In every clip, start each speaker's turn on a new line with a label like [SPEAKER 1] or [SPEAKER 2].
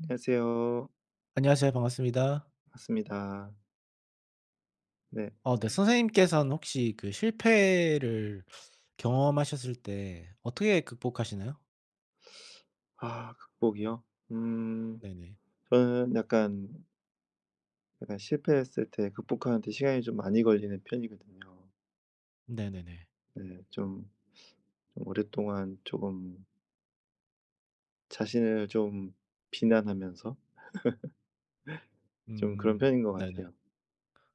[SPEAKER 1] 안녕하세요.
[SPEAKER 2] 안녕하세요. 반갑습니다.
[SPEAKER 1] 맞습니다. 네.
[SPEAKER 2] 어, 네, 선생님께서는 혹시 그 실패를 경험하셨을 때 어떻게 극복하시나요?
[SPEAKER 1] 아 극복이요? 음
[SPEAKER 2] 네네.
[SPEAKER 1] 저는 약간 실패했을 때 극복하는데 시간이 좀 많이 걸리는 편이거든요.
[SPEAKER 2] 네네네.
[SPEAKER 1] 네. 좀 오랫동안 조금 자신을 좀 비난하면서 좀 그런
[SPEAKER 2] 음,
[SPEAKER 1] 편인 것
[SPEAKER 2] 네네.
[SPEAKER 1] 같아요.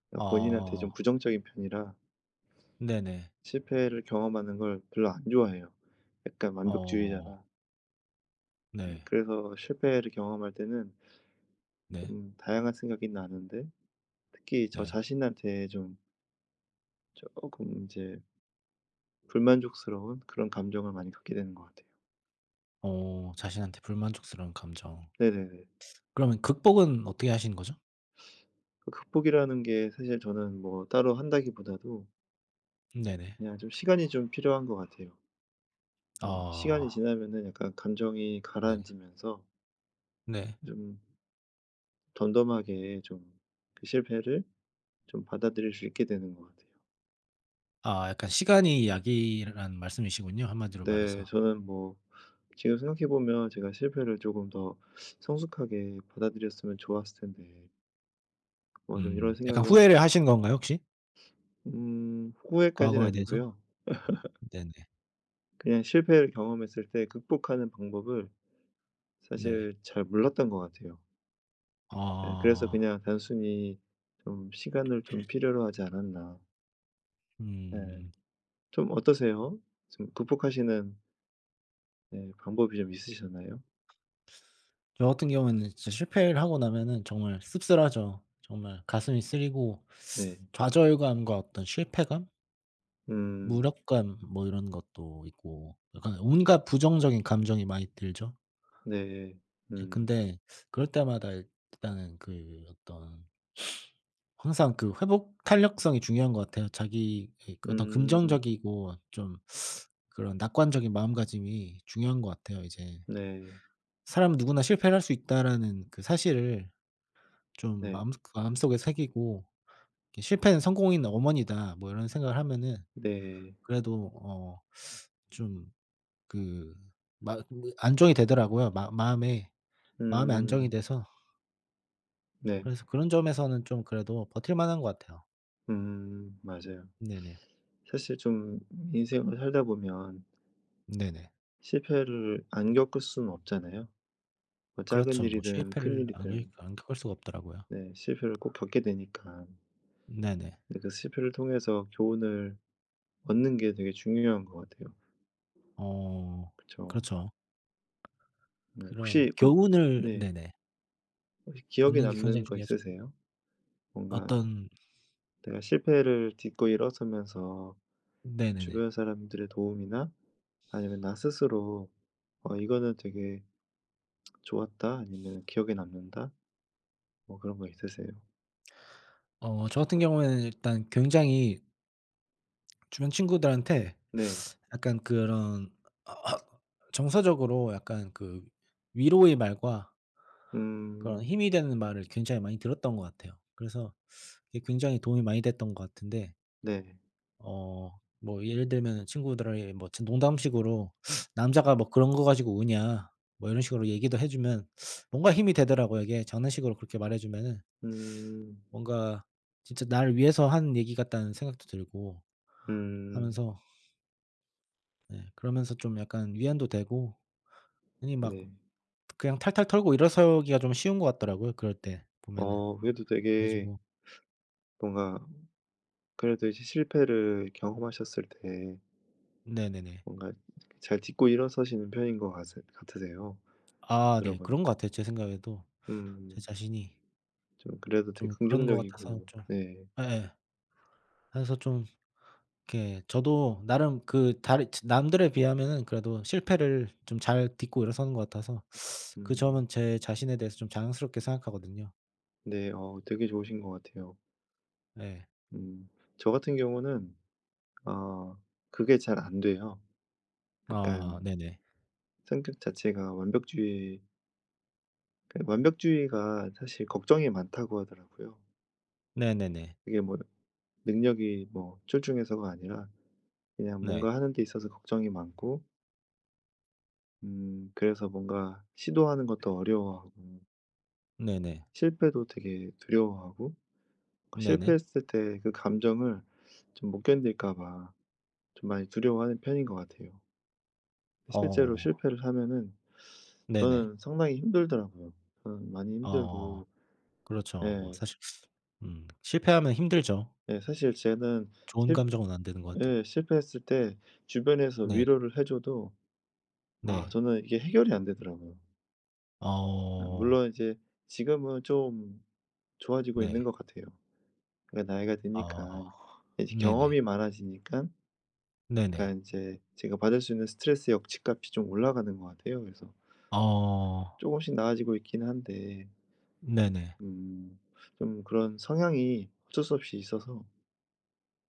[SPEAKER 1] 그러니까 본인한테
[SPEAKER 2] 어,
[SPEAKER 1] 좀 부정적인 편이라
[SPEAKER 2] 네네.
[SPEAKER 1] 실패를 경험하는 걸 별로 안 좋아해요. 약간
[SPEAKER 2] 어,
[SPEAKER 1] 완벽주의자라. 네.
[SPEAKER 2] 네.
[SPEAKER 1] 그래서 실패를 경험할 때는
[SPEAKER 2] 네.
[SPEAKER 1] 좀 다양한 생각이 나는데 특히 저
[SPEAKER 2] 네.
[SPEAKER 1] 자신한테 좀 조금 이제 불만족스러운 그런 감정을 많이 갖게 되는 것 같아요.
[SPEAKER 2] 어, 자신한테 불만족스러운 감정.
[SPEAKER 1] 네네네.
[SPEAKER 2] 그러면 극복은 어떻게 하시는 거죠?
[SPEAKER 1] 그 극복이라는 게 사실 저는 뭐 따로 한다기보다도
[SPEAKER 2] 네네.
[SPEAKER 1] 그냥 좀 시간이 좀 필요한 것 같아요.
[SPEAKER 2] 어...
[SPEAKER 1] 시간이 지나면은 약간 감정이
[SPEAKER 2] 네네.
[SPEAKER 1] 가라앉으면서
[SPEAKER 2] 네.
[SPEAKER 1] 좀 덤덤하게 좀 그 실패를 좀 받아들일 수 있게 되는 것 같아요.
[SPEAKER 2] 아, 약간 시간이 약이라는 말씀이시군요, 한마디로
[SPEAKER 1] 네.
[SPEAKER 2] 말해서.
[SPEAKER 1] 저는 뭐 지금 생각해 보면 제가 실패를 조금 더 성숙하게 받아들였으면 좋았을 텐데 뭐 좀 이런
[SPEAKER 2] 음, 약간
[SPEAKER 1] 생각을.
[SPEAKER 2] 후회를 하신 건가요, 혹시?
[SPEAKER 1] 후회까지는
[SPEAKER 2] 과거에 대해서?
[SPEAKER 1] 아니고요.
[SPEAKER 2] 네네.
[SPEAKER 1] 그냥 실패를 경험했을 때 극복하는 방법을
[SPEAKER 2] 네.
[SPEAKER 1] 사실 잘 몰랐던 것 같아요. 네, 그래서
[SPEAKER 2] 아.
[SPEAKER 1] 그냥 단순히 좀 시간을 좀 필요로 하지 않았나. 네.
[SPEAKER 2] 음.
[SPEAKER 1] 좀 어떠세요? 좀 극복하시는, 네, 방법이 좀 있으셨나요?
[SPEAKER 2] 저 같은 경우에는 진짜 실패를 하고 나면은 정말 씁쓸하죠. 정말 가슴이 쓰리고
[SPEAKER 1] 네.
[SPEAKER 2] 좌절감과 어떤 실패감,
[SPEAKER 1] 음.
[SPEAKER 2] 무력감 뭐 이런 것도 있고 약간 온갖 부정적인 감정이 많이 들죠.
[SPEAKER 1] 네.
[SPEAKER 2] 예,
[SPEAKER 1] 음.
[SPEAKER 2] 근데 그럴 때마다 일단은 그 어떤 항상 그 회복 탄력성이 중요한 것 같아요. 자기의 그 어떤
[SPEAKER 1] 음.
[SPEAKER 2] 긍정적이고 좀 그런 낙관적인 마음가짐이 중요한 것 같아요 이제.
[SPEAKER 1] 네.
[SPEAKER 2] 사람 누구나 실패를 할 수 있다라는 그 사실을 좀
[SPEAKER 1] 네.
[SPEAKER 2] 마음속에 새기고 이렇게 '실패는 성공인 어머니다.' 뭐 이런 생각을 하면은
[SPEAKER 1] 네.
[SPEAKER 2] 그래도 어, 좀, 그, 막 그 안정이 되더라고요. 마 마음에, 마음에 안정이
[SPEAKER 1] 음.
[SPEAKER 2] 돼서
[SPEAKER 1] 네.
[SPEAKER 2] 그래서 그런 점에서는 좀 그래도 버틸 만한 것 같아요.
[SPEAKER 1] 맞아요.
[SPEAKER 2] 네네.
[SPEAKER 1] 사실 좀 인생을 살다 보면
[SPEAKER 2] 네네.
[SPEAKER 1] 실패를 안 겪을 수는 없잖아요. 뭐 작은
[SPEAKER 2] 그렇죠. 뭐
[SPEAKER 1] 일이든
[SPEAKER 2] 실패를 안 겪
[SPEAKER 1] 큰일이든,
[SPEAKER 2] 안 겪을 수가 없더라고요.
[SPEAKER 1] 네, 실패를 꼭 겪게 되니까.
[SPEAKER 2] 네네.
[SPEAKER 1] 근데 그 실패를 통해서 교훈을 얻는 게 되게 중요한 것 같아요.
[SPEAKER 2] 어,
[SPEAKER 1] 그쵸.
[SPEAKER 2] 그렇죠.
[SPEAKER 1] 네.
[SPEAKER 2] 그런
[SPEAKER 1] 혹시 꼭,
[SPEAKER 2] 교훈을
[SPEAKER 1] 네,
[SPEAKER 2] 네네.
[SPEAKER 1] 혹시 기억에
[SPEAKER 2] 얻는 게 굉장히
[SPEAKER 1] 남는 거
[SPEAKER 2] 중요하죠.
[SPEAKER 1] 있으세요? 뭔가
[SPEAKER 2] 어떤
[SPEAKER 1] 내가 실패를 딛고 일어서면서
[SPEAKER 2] 네네네.
[SPEAKER 1] 주변 사람들의 도움이나 아니면 나 스스로 '어 이거는 되게 좋았다.' 아니면 '기억에 남는다.' 뭐 그런 거 있으세요?
[SPEAKER 2] 어, 저 같은 경우에는 일단 굉장히 주변 친구들한테
[SPEAKER 1] 네.
[SPEAKER 2] 약간 그런 어, 정서적으로 약간 그 위로의 말과 그런
[SPEAKER 1] 음.
[SPEAKER 2] 힘이 되는 말을 굉장히 많이 들었던 것 같아요. 그래서 이게 굉장히 도움이 많이 됐던 것 같은데
[SPEAKER 1] 네.
[SPEAKER 2] 어, 뭐 예를 들면은 친구들이 뭐 진 농담식으로 "남자가 뭐 그런 거 가지고 우냐." 뭐 이런 식으로 얘기도 해 주면 뭔가 힘이 되더라고요. 이게 장난식으로 그렇게 말해 주면은
[SPEAKER 1] 음.
[SPEAKER 2] 뭔가 진짜 나를 위해서 한 얘기 같다는 생각도 들고
[SPEAKER 1] 음.
[SPEAKER 2] 하면서 네. 그러면서 좀 약간 위안도 되고 괜히 막
[SPEAKER 1] 네.
[SPEAKER 2] 그냥 탈탈 털고 일어서기가 좀 쉬운 것 같더라고요 그럴 때 보면은.
[SPEAKER 1] 어 그래도
[SPEAKER 2] 그래
[SPEAKER 1] 되게
[SPEAKER 2] 가지고
[SPEAKER 1] 뭔가, 그래도 이제 실패를 경험하셨을 때
[SPEAKER 2] 네네네.
[SPEAKER 1] 뭔가 잘 딛고 일어서시는 편인 것 같으세요,
[SPEAKER 2] 아, 네. 그런
[SPEAKER 1] 들어보니까.
[SPEAKER 2] 것 같아요 제 생각에도. 제
[SPEAKER 1] 음
[SPEAKER 2] 자신이
[SPEAKER 1] 좀 그래도 되게
[SPEAKER 2] 좀 그런 것 같아서
[SPEAKER 1] 긍정적이고.
[SPEAKER 2] 좀
[SPEAKER 1] 네.
[SPEAKER 2] 예예. 그래서 좀 이렇게 저도 나름 그 다르 츠 남들에 비하면은 그래도 실패를 좀 잘 딛고 일어서는 것 같아서 그 점은
[SPEAKER 1] 음.
[SPEAKER 2] 제 자신에 대해서 좀 자랑스럽게 생각하거든요.
[SPEAKER 1] 네. 되게 좋으신 것 같아요.
[SPEAKER 2] 예.
[SPEAKER 1] 음 저 같은 경우는 아 그게 잘 안 돼요.
[SPEAKER 2] 아,
[SPEAKER 1] 약간
[SPEAKER 2] 네네.
[SPEAKER 1] 성격 자체가 완벽주의, 그러니까 완벽주의가 사실 걱정이 많다고 하더라고요.
[SPEAKER 2] 네네네.
[SPEAKER 1] 그게 뭐 능력이 뭐 출중해서가 아니라 그냥
[SPEAKER 2] 네.
[SPEAKER 1] 뭔가 하는 데 있어서 걱정이 많고. 그래서 뭔가 시도하는 것도 어려워하고
[SPEAKER 2] 네네.
[SPEAKER 1] 실패도 되게 두려워하고, 그러니까
[SPEAKER 2] 네네.
[SPEAKER 1] 실패했을 때 그 감정을 좀 못 견딜까 봐 좀 많이 두려워하는 편인 것 같아요. 실제로
[SPEAKER 2] 어.
[SPEAKER 1] 실패를 하면은
[SPEAKER 2] 네네.
[SPEAKER 1] 저는 상당히 힘들더라고요. 저는 많이
[SPEAKER 2] 어,
[SPEAKER 1] 힘들고.
[SPEAKER 2] 그렇죠. 뭐
[SPEAKER 1] 예.
[SPEAKER 2] 사실 음, 실패하면 힘들죠.
[SPEAKER 1] 예, 사실 쟤는,
[SPEAKER 2] 좋은
[SPEAKER 1] 실
[SPEAKER 2] 감정은 안 되는 것 같아요.
[SPEAKER 1] 예, 실패했을 때 주변에서
[SPEAKER 2] 네.
[SPEAKER 1] 위로를 해 줘도 아
[SPEAKER 2] 네.
[SPEAKER 1] 저는 이게 해결이 안 되더라고요. 아
[SPEAKER 2] 어,
[SPEAKER 1] 물론 이제 지금은 좀 좋아지고 있는
[SPEAKER 2] 네.
[SPEAKER 1] 것 같아요. 그러니까 나이가
[SPEAKER 2] 아,
[SPEAKER 1] 드니까 이제
[SPEAKER 2] 네네.
[SPEAKER 1] 경험이 많아지니까,
[SPEAKER 2] 네네.
[SPEAKER 1] 그러니까 제 제가 받을 수 있는 스트레스 역치값이 좀 올라가는 것 같아요. 그래서
[SPEAKER 2] 어,
[SPEAKER 1] 조금씩 나아지고 있긴 한데.
[SPEAKER 2] 네네.
[SPEAKER 1] 음 좀 그런 성향이 어쩔 수 없이 있어서.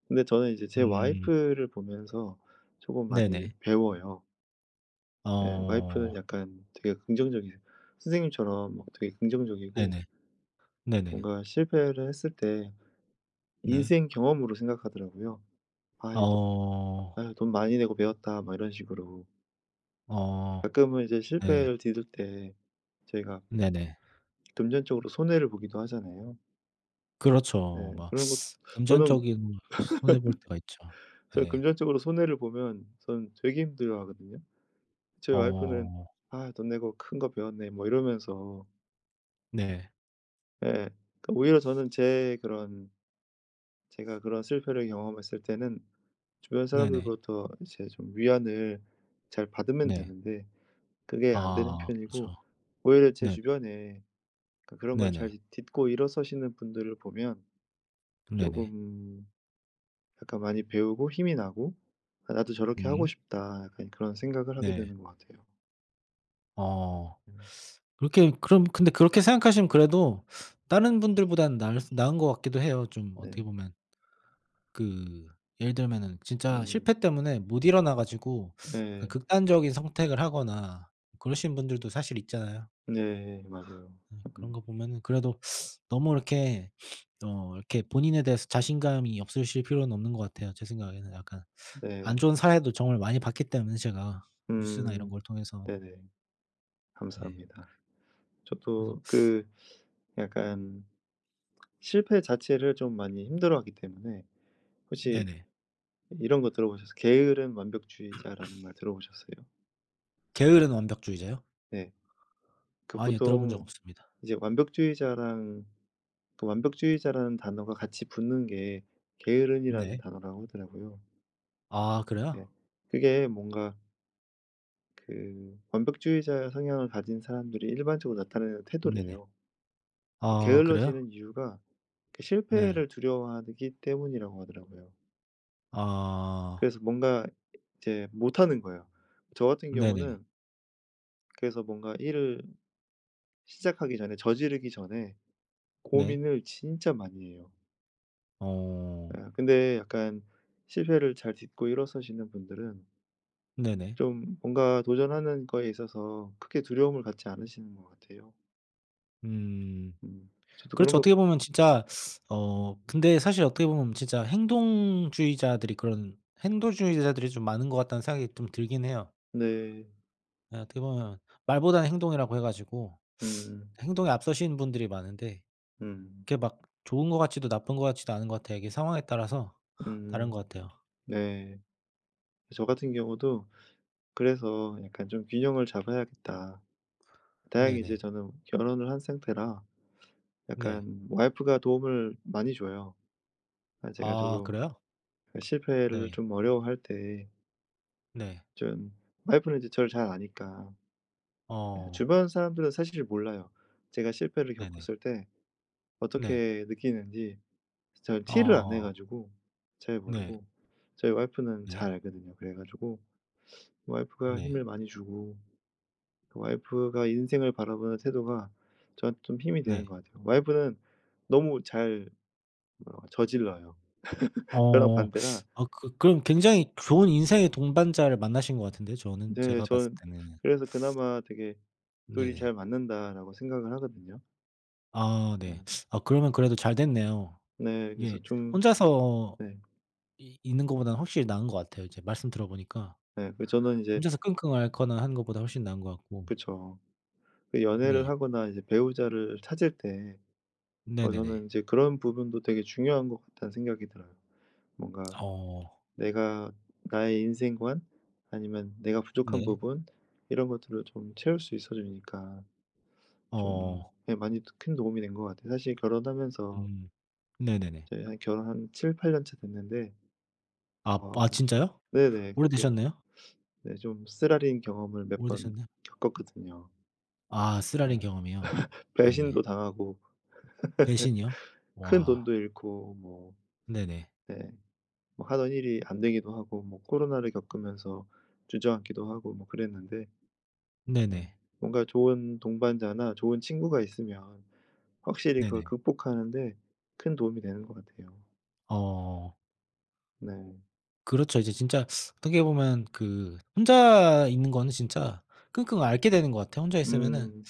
[SPEAKER 1] 근데 저는 이제 제
[SPEAKER 2] 음,
[SPEAKER 1] 와이프를 보면서 조금
[SPEAKER 2] 네네.
[SPEAKER 1] 많이 배워요. 예. 와이프는
[SPEAKER 2] 어,
[SPEAKER 1] 약간 되게 긍정적이세요. 선생님처럼 막 되게 긍정적이고
[SPEAKER 2] 네네. 네네.
[SPEAKER 1] 뭔가 실패를 했을 때
[SPEAKER 2] 네.
[SPEAKER 1] 인생 경험으로 생각하더라고요.
[SPEAKER 2] 어,
[SPEAKER 1] "아이 돈, 아유 돈 많이 내고 배웠다." 막 이런 식으로.
[SPEAKER 2] 어,
[SPEAKER 1] 가끔은 이제
[SPEAKER 2] 네.
[SPEAKER 1] 실패를 뒤질 때 저희가
[SPEAKER 2] 네네.
[SPEAKER 1] 금전적으로 손해를 보기도 하잖아요. 네.
[SPEAKER 2] 그렇죠. 막
[SPEAKER 1] 그런 것, 저는
[SPEAKER 2] 금전적인 손해 볼 때가 있죠.
[SPEAKER 1] 제가
[SPEAKER 2] 예.
[SPEAKER 1] 금전적으로 손해를 보면 저는 되게 힘들어하거든요. 저희 와이프는
[SPEAKER 2] 어,
[SPEAKER 1] "아 돈 내고 큰 거 배웠네." 뭐 이러면서.
[SPEAKER 2] 네.
[SPEAKER 1] 예. 그 오히려 저는 제 그런, 제가 그런 실패를 경험했을 때는 주변
[SPEAKER 2] 네네.
[SPEAKER 1] 사람들로부터 이제 좀 위안을 잘 받으면
[SPEAKER 2] 네.
[SPEAKER 1] 되는데 그게 안 되는
[SPEAKER 2] 아,
[SPEAKER 1] 편이고,
[SPEAKER 2] 그렇죠.
[SPEAKER 1] 오히려 제
[SPEAKER 2] 네.
[SPEAKER 1] 주변에 그런 걸 잘
[SPEAKER 2] 네네.
[SPEAKER 1] 딛고 일어서시는 분들을 보면 조
[SPEAKER 2] 네네.
[SPEAKER 1] 금 약간 많이 배우고 힘이 나고 '아 나도 저렇게 하고
[SPEAKER 2] 음.
[SPEAKER 1] 싶다.' 약간 그런 생각을 하게
[SPEAKER 2] 네.
[SPEAKER 1] 되는 것 같아요.
[SPEAKER 2] 어.
[SPEAKER 1] 음.
[SPEAKER 2] 그렇게 그럼 근데 그렇게 생각하시면 그래도 다른 분들보다는 나을 수 나은 것 같기도 해요. 좀
[SPEAKER 1] 네.
[SPEAKER 2] 어떻게 보면 그 예를 들면은 진짜
[SPEAKER 1] 음.
[SPEAKER 2] 실패 때문에 못 일어나 가지고 약간
[SPEAKER 1] 네.
[SPEAKER 2] 극단적인 선택을 하거나 그러신 분들도 사실 있잖아요.
[SPEAKER 1] 네. 맞아요.
[SPEAKER 2] 네, 그런
[SPEAKER 1] 음.
[SPEAKER 2] 거 보면은 그래도 너무 이렇게 어, 이렇게 본인에 대해서 자신감이 없으실 필요는 없는 것 같아요. 제 생각에는 약간 안
[SPEAKER 1] 네.
[SPEAKER 2] 좋은 사례도 정말 많이 봤기 때문에 제가 뉴스나 이런
[SPEAKER 1] 음.
[SPEAKER 2] 걸 통해서.
[SPEAKER 1] 네네.
[SPEAKER 2] 네.
[SPEAKER 1] 감사합니다.
[SPEAKER 2] 그래서
[SPEAKER 1] 저도 그 약간 실패 자체를 좀 많이 힘들어하기 때문에, 혹시
[SPEAKER 2] 네네.
[SPEAKER 1] 이런 거 들어보셨어요? 게으른 완벽주의자라는 말 들어보셨어요?
[SPEAKER 2] 게으른 완벽주의자요?
[SPEAKER 1] 네. 그
[SPEAKER 2] 아니요, 들어본 적
[SPEAKER 1] 보통
[SPEAKER 2] 없습니다.
[SPEAKER 1] 이제 완벽주의자랑, 그 완벽주의자라는 단어가 같이 붙는 게 게으름이라는
[SPEAKER 2] 네.
[SPEAKER 1] 단어라고 하더라고요.
[SPEAKER 2] 아, 그래요?
[SPEAKER 1] 네. 그게 뭔가 그 완벽주의자 성향을 가진 사람들이 일반적으로 나타내는
[SPEAKER 2] 네네.
[SPEAKER 1] 태도래요.
[SPEAKER 2] 아, 그래요?
[SPEAKER 1] 게을러지는 이유가 그
[SPEAKER 2] 네.
[SPEAKER 1] 실패를 두려워하기 때문이라고 하더라고요.
[SPEAKER 2] 아,
[SPEAKER 1] 그래서 뭔가 이제 못하는 거예요. 저 같은
[SPEAKER 2] 네네.
[SPEAKER 1] 경우는 그래서 뭔가 일을 시작하기 전에, 저지르기 전에
[SPEAKER 2] 네.
[SPEAKER 1] 고민을 진짜 많이 해요.
[SPEAKER 2] 어,
[SPEAKER 1] 아 근데 약간 실패를 잘 딛고 일어서시는 분들은
[SPEAKER 2] 네네.
[SPEAKER 1] 좀 뭔가 도전하는 거에 있어서 크게 두려움을 갖지 않으시는 것 같아요.
[SPEAKER 2] 음.
[SPEAKER 1] 음. 저도 그런
[SPEAKER 2] 그렇죠.
[SPEAKER 1] 것.
[SPEAKER 2] 어떻게 보면 진짜 어, 근데 사실 어떻게 보면 진짜 행동주의자들이 좀 많은 것 같다는 생각이 좀 들긴 해요.
[SPEAKER 1] 네.
[SPEAKER 2] 예, 어떻게 보면 말보다는 행동이라고 해 가지고
[SPEAKER 1] 음.
[SPEAKER 2] 행동에 앞서시는 분들이 많은데
[SPEAKER 1] 음.
[SPEAKER 2] 그게 막 좋은 것 같지도 나쁜 것 같지도 않은 것 같아요. 이게 상황에 따라서 다른 것
[SPEAKER 1] 음.
[SPEAKER 2] 같아요.
[SPEAKER 1] 네. 저 같은 경우도 그래서 약간 좀 균형을 잡아야겠다. 다행히 이제
[SPEAKER 2] 네네.
[SPEAKER 1] 저는 결혼을 한 상태라
[SPEAKER 2] 네.
[SPEAKER 1] 약간 와이프가 도움을 많이 줘요. 아 제가
[SPEAKER 2] 아,
[SPEAKER 1] 조금
[SPEAKER 2] 그래요?
[SPEAKER 1] 실패를
[SPEAKER 2] 네.
[SPEAKER 1] 좀 어려워할 때,
[SPEAKER 2] 네.
[SPEAKER 1] 좀 와이프는 이제 저를 잘 아니까.
[SPEAKER 2] 어.
[SPEAKER 1] 주변 사람들은 사실 몰라요. 제가 실패를
[SPEAKER 2] 네네.
[SPEAKER 1] 겪었을 때
[SPEAKER 2] 네.
[SPEAKER 1] 어떻게 느끼는지 저는 티를 안 내
[SPEAKER 2] 어.
[SPEAKER 1] 가지고 잘
[SPEAKER 2] 네.
[SPEAKER 1] 모르고 저희 와이프는
[SPEAKER 2] 네.
[SPEAKER 1] 잘 알거든요. 그래 가지고 와이프가
[SPEAKER 2] 네.
[SPEAKER 1] 힘을 많이 주고, 그 와이프가 인생을 바라보는 태도가 저한테 좀 힘이 되는
[SPEAKER 2] 네.
[SPEAKER 1] 것 같아요. 와이프는 너무 잘, 뭐라고 저질러요. 저랑
[SPEAKER 2] 어.
[SPEAKER 1] 반대라
[SPEAKER 2] 아, 그 그럼 굉장히 좋은 인생의 동반자를 만나신 것 같은데요, 저는
[SPEAKER 1] 네,
[SPEAKER 2] 제가 봤을
[SPEAKER 1] 저는
[SPEAKER 2] 때는.
[SPEAKER 1] 그래서 그나마 되게 '둘이
[SPEAKER 2] 네네.
[SPEAKER 1] 잘 맞는다.'라고 생각을 하거든요.
[SPEAKER 2] 아,
[SPEAKER 1] 네.
[SPEAKER 2] 네. 아, 그러면 그래도 잘 됐네요.
[SPEAKER 1] 네, 그래서
[SPEAKER 2] 이게
[SPEAKER 1] 좀.
[SPEAKER 2] 혼자서
[SPEAKER 1] 네.
[SPEAKER 2] 이 있는 것보다는 확실히 나은 것 같아요 이제 말씀 들어 보니까.
[SPEAKER 1] 네. 그 저는 이제,
[SPEAKER 2] 혼자서 끙끙 앓거나 하는 것보다 훨씬 나은 것 같고.
[SPEAKER 1] 그쵸, 그 연애를
[SPEAKER 2] 네.
[SPEAKER 1] 하거나 이제 배우자를 찾을 때
[SPEAKER 2] 네네네.
[SPEAKER 1] 저는 이제 그런 부분도 되게 중요한 것 같다는 생각이 들어요. 뭔가
[SPEAKER 2] 어.
[SPEAKER 1] 내가 나의 인생관 아니면 내가 부족한
[SPEAKER 2] 네.
[SPEAKER 1] 부분, 이런 것들을 좀 채울 수 있어 주니까 좀
[SPEAKER 2] 어.
[SPEAKER 1] 예 많이 큰 도움이 된 것 같아요. 사실 결혼하면서
[SPEAKER 2] 음. 네네네.
[SPEAKER 1] 저희 한 결혼 한 7-8년 차 됐는데.
[SPEAKER 2] 아,
[SPEAKER 1] 어
[SPEAKER 2] 아, 진짜요?
[SPEAKER 1] 네네. 그게,
[SPEAKER 2] 오래되셨나요?
[SPEAKER 1] 네, 좀 쓰라린 경험을 몇 번
[SPEAKER 2] 오래되셨나요?
[SPEAKER 1] 겪었거든요.
[SPEAKER 2] 아, 쓰라린
[SPEAKER 1] 음
[SPEAKER 2] 경험이요?
[SPEAKER 1] 배신도
[SPEAKER 2] 네네.
[SPEAKER 1] 당하고
[SPEAKER 2] 배신이요?
[SPEAKER 1] 큰
[SPEAKER 2] 와.
[SPEAKER 1] 돈도 잃고 뭐.
[SPEAKER 2] 네네.
[SPEAKER 1] 네. 뭐 하던 일이 안 되기도 하고 뭐 코로나를 겪으면서 주저앉기도 하고 뭐 그랬는데, 예
[SPEAKER 2] 네네.
[SPEAKER 1] 뭔가 좋은 동반자나 좋은 친구가 있으면 확실히 그걸
[SPEAKER 2] 네네.
[SPEAKER 1] 극복하는 데 큰 도움이 되는 것 같아요.
[SPEAKER 2] 어,
[SPEAKER 1] 네.
[SPEAKER 2] 그렇죠. 이제 진짜 어떻게 보면 그 혼자 있는 거는 진짜 끙끙 앓게 되는 것 같아요. 혼자 있으면은
[SPEAKER 1] 음.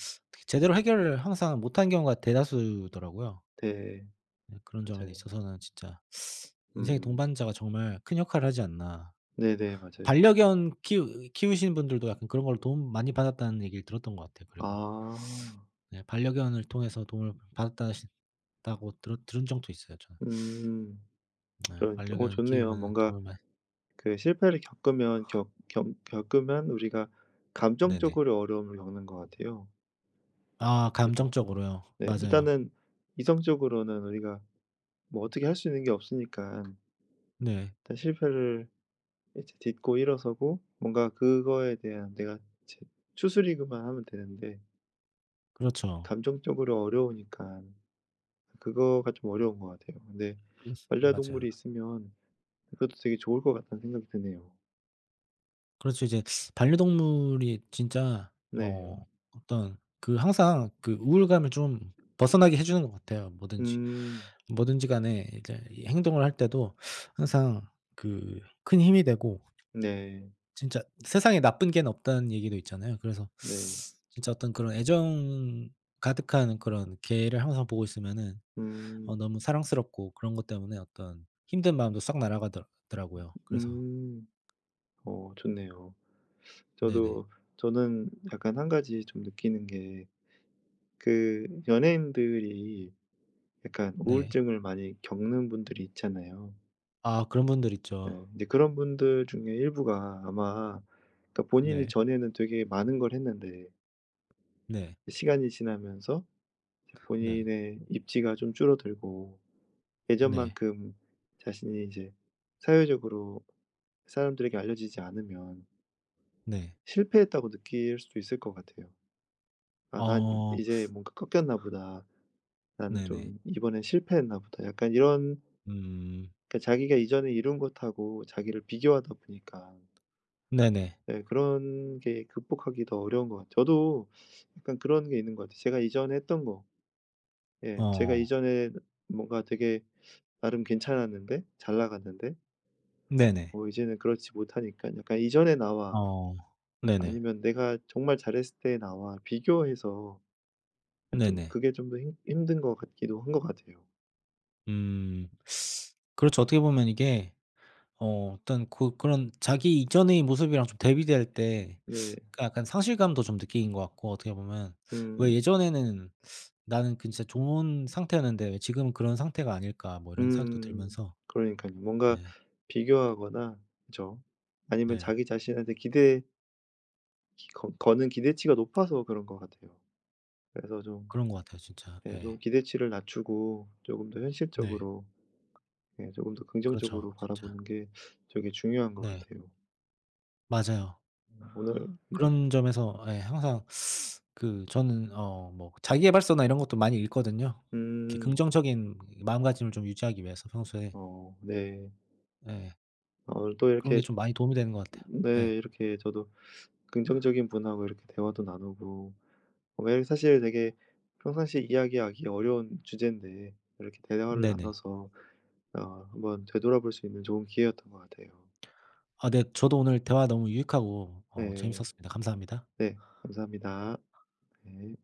[SPEAKER 2] 제대로 해결을 항상 못하는 경우가 대다수더라고요.
[SPEAKER 1] 네.
[SPEAKER 2] 네, 그런 점에
[SPEAKER 1] 맞아요.
[SPEAKER 2] 있어서는 진짜 인생의
[SPEAKER 1] 음.
[SPEAKER 2] 동반자가 정말 큰 역할을 하지 않나.
[SPEAKER 1] 네네. 맞아요.
[SPEAKER 2] 반려견 키우시는 분들도 약간 그런 걸로 도움 많이 받았다는 얘기를 들었던 것 같아요 그리고.
[SPEAKER 1] 아.
[SPEAKER 2] 네, 반려견을 통해서 도움을 받았다시 다고 들었 들은 적도 있어요 저는.
[SPEAKER 1] 음.
[SPEAKER 2] 네,
[SPEAKER 1] 그러니까
[SPEAKER 2] 반려견
[SPEAKER 1] 좋네요.
[SPEAKER 2] 키우면은
[SPEAKER 1] 뭔가
[SPEAKER 2] 도움을 많이
[SPEAKER 1] 그 실패를 겪으면, 겪 겪 겪으면 우리가
[SPEAKER 2] 네네.
[SPEAKER 1] 감정적으로 어려움을 겪는 것 같아요.
[SPEAKER 2] 아,
[SPEAKER 1] 그죠?
[SPEAKER 2] 감정적으로요.
[SPEAKER 1] 네.
[SPEAKER 2] 맞아요.
[SPEAKER 1] 일단은 이성적으로는 우리가 뭐 어떻게 할 수 있는 게 없으니까
[SPEAKER 2] 네.
[SPEAKER 1] 일단 실패를 이제 딛고 일어서고 뭔가 그거에 대한 내가 이제 추스리기만 하면 되는데,
[SPEAKER 2] 그렇죠.
[SPEAKER 1] 감정적으로 어려우니까 그거가 좀 어려운 것 같아요. 근데
[SPEAKER 2] 음, 맞아요.
[SPEAKER 1] 반려동물이 있으면 그것도 되게 좋을 것 같다는 생각이 드네요.
[SPEAKER 2] 그렇죠. 이제 반려동물이 진짜 어,
[SPEAKER 1] 네.
[SPEAKER 2] 어떤 그 항상 그 우울감을 좀 벗어나게 해 주는 것 같아요, 뭐든지.
[SPEAKER 1] 음.
[SPEAKER 2] 뭐든지 간에 이제 이 행동을 할 때도 항상 그 큰 힘이 되고
[SPEAKER 1] 네.
[SPEAKER 2] 진짜 세상에 나쁜 개는 없다는 얘기도 있잖아요. 그래서
[SPEAKER 1] 네.
[SPEAKER 2] 진짜 어떤 그런 애정 가득한 그런 개를 항상 보고 있으면은 어,
[SPEAKER 1] 음.
[SPEAKER 2] 너무 사랑스럽고 그런 것 때문에 어떤 힘든 마음도 싹 날아가더 라고요 그래서
[SPEAKER 1] 음. 좋네요.
[SPEAKER 2] 네네.
[SPEAKER 1] 저도, 저는 약간 한 가지 좀 느끼는 게 그 연예인들이 약간
[SPEAKER 2] 네.
[SPEAKER 1] 우울증을 많이 겪는 분들이 있잖아요.
[SPEAKER 2] 아, 그런 분들 있죠.
[SPEAKER 1] 예. 이제 그런 분들 중에 일부가 아마, 그러니까 본인이
[SPEAKER 2] 네.
[SPEAKER 1] 전에는 되게 많은 걸 했는데
[SPEAKER 2] 네.
[SPEAKER 1] 시간이 지나면서 이제
[SPEAKER 2] 네.
[SPEAKER 1] 본인의 입지가 좀 줄어들고
[SPEAKER 2] 네.
[SPEAKER 1] 예전만큼 자신이 이제 사회적으로 사람들에게 알려지지 않으면
[SPEAKER 2] 네.
[SPEAKER 1] 실패했다고 느낄 수도 있을 것 같아요. '아 난
[SPEAKER 2] 어,
[SPEAKER 1] 이제 뭔가 꺾였나 보다. 나는
[SPEAKER 2] 네네.
[SPEAKER 1] 좀 이번엔 실패했나 보다.' 약간 이런.
[SPEAKER 2] 음.
[SPEAKER 1] 그러니까 자기가 이전에 이룬 것하고 자기를 비교하다 보니까
[SPEAKER 2] 네네.
[SPEAKER 1] 네 그런 게 극복하기 더 어려운 것 같아요. 저도 약간 그런 게 있는 것 같아요. 제가 이전에 했던 거. 예. 제가
[SPEAKER 2] 어.
[SPEAKER 1] 이전에 뭔가 되게 나름 괜찮았는데 잘 나갔는데,
[SPEAKER 2] 네네.
[SPEAKER 1] 뭐 이제는 그렇지 못하니까 약간 이전에 나와,
[SPEAKER 2] 어. 네네.
[SPEAKER 1] 아니면 내가 정말 잘했을 때 나와 비교해서 아 좀
[SPEAKER 2] 네네.
[SPEAKER 1] 그게 좀 더 힘 힘든 것 같기도 한 것 같아요.
[SPEAKER 2] 음. 그렇죠. 어떻게 보면 이게 어, 어떤 그 그런 자기 이전의 모습이랑 좀 대비될 때
[SPEAKER 1] 네.
[SPEAKER 2] 그 약간 상실감도 좀 느끼는 것 같고 어떻게 보면 왜
[SPEAKER 1] 음.
[SPEAKER 2] 예전에는 '나는 그 진짜 좋은 상태였는데 왜 지금은 그런 상태가 아닐까.' 뭐 이런 생각도
[SPEAKER 1] 음.
[SPEAKER 2] 들면서
[SPEAKER 1] 그러니까요 뭔가
[SPEAKER 2] 네.
[SPEAKER 1] 비교하거나, 그죠, 아니면
[SPEAKER 2] 네.
[SPEAKER 1] 자기 자신한테 기대 기 거 거는 기대치가 높아서 그런 것 같아요. 그래서 좀,
[SPEAKER 2] 그런 것 같아요 진짜.
[SPEAKER 1] 예, 좀
[SPEAKER 2] 예.
[SPEAKER 1] 기대치를 낮추고 조금 더
[SPEAKER 2] 네.
[SPEAKER 1] 현실적으로, 예, 조금 더
[SPEAKER 2] 그렇죠
[SPEAKER 1] 긍정적으로
[SPEAKER 2] 진짜.
[SPEAKER 1] 바라보는 게 되게 중요한 것
[SPEAKER 2] 네.
[SPEAKER 1] 같아요.
[SPEAKER 2] 맞아요.
[SPEAKER 1] 오늘. 음. 네.
[SPEAKER 2] 그런 점에서 예 항상 그 저는 어, 뭐 자기계발서나 이런 것도 많이 읽거든요. 이렇게
[SPEAKER 1] 음.
[SPEAKER 2] 긍정적인 마음가짐을 좀 유지하기 위해서 평소에.
[SPEAKER 1] 네.
[SPEAKER 2] 예.
[SPEAKER 1] 오늘 또
[SPEAKER 2] 그런 게
[SPEAKER 1] 이렇게,
[SPEAKER 2] 좀 많이 도움이 되는 것 같아요. 예.
[SPEAKER 1] 네, 이렇게 저도 긍정적인 분하고 이렇게 대화도 나누고 예 사실 되게 평상시 이야기하기 어려운 주제인데 이렇게 대화를
[SPEAKER 2] 네네.
[SPEAKER 1] 나눠서 어 한번 되돌아볼 수 있는 좋은 기회였던 것 같아요.
[SPEAKER 2] 아, 네. 저도 오늘 대화 너무 유익하고 어
[SPEAKER 1] 네,
[SPEAKER 2] 재밌었습니다. 감사합니다.
[SPEAKER 1] 네. 감사합니다. 네.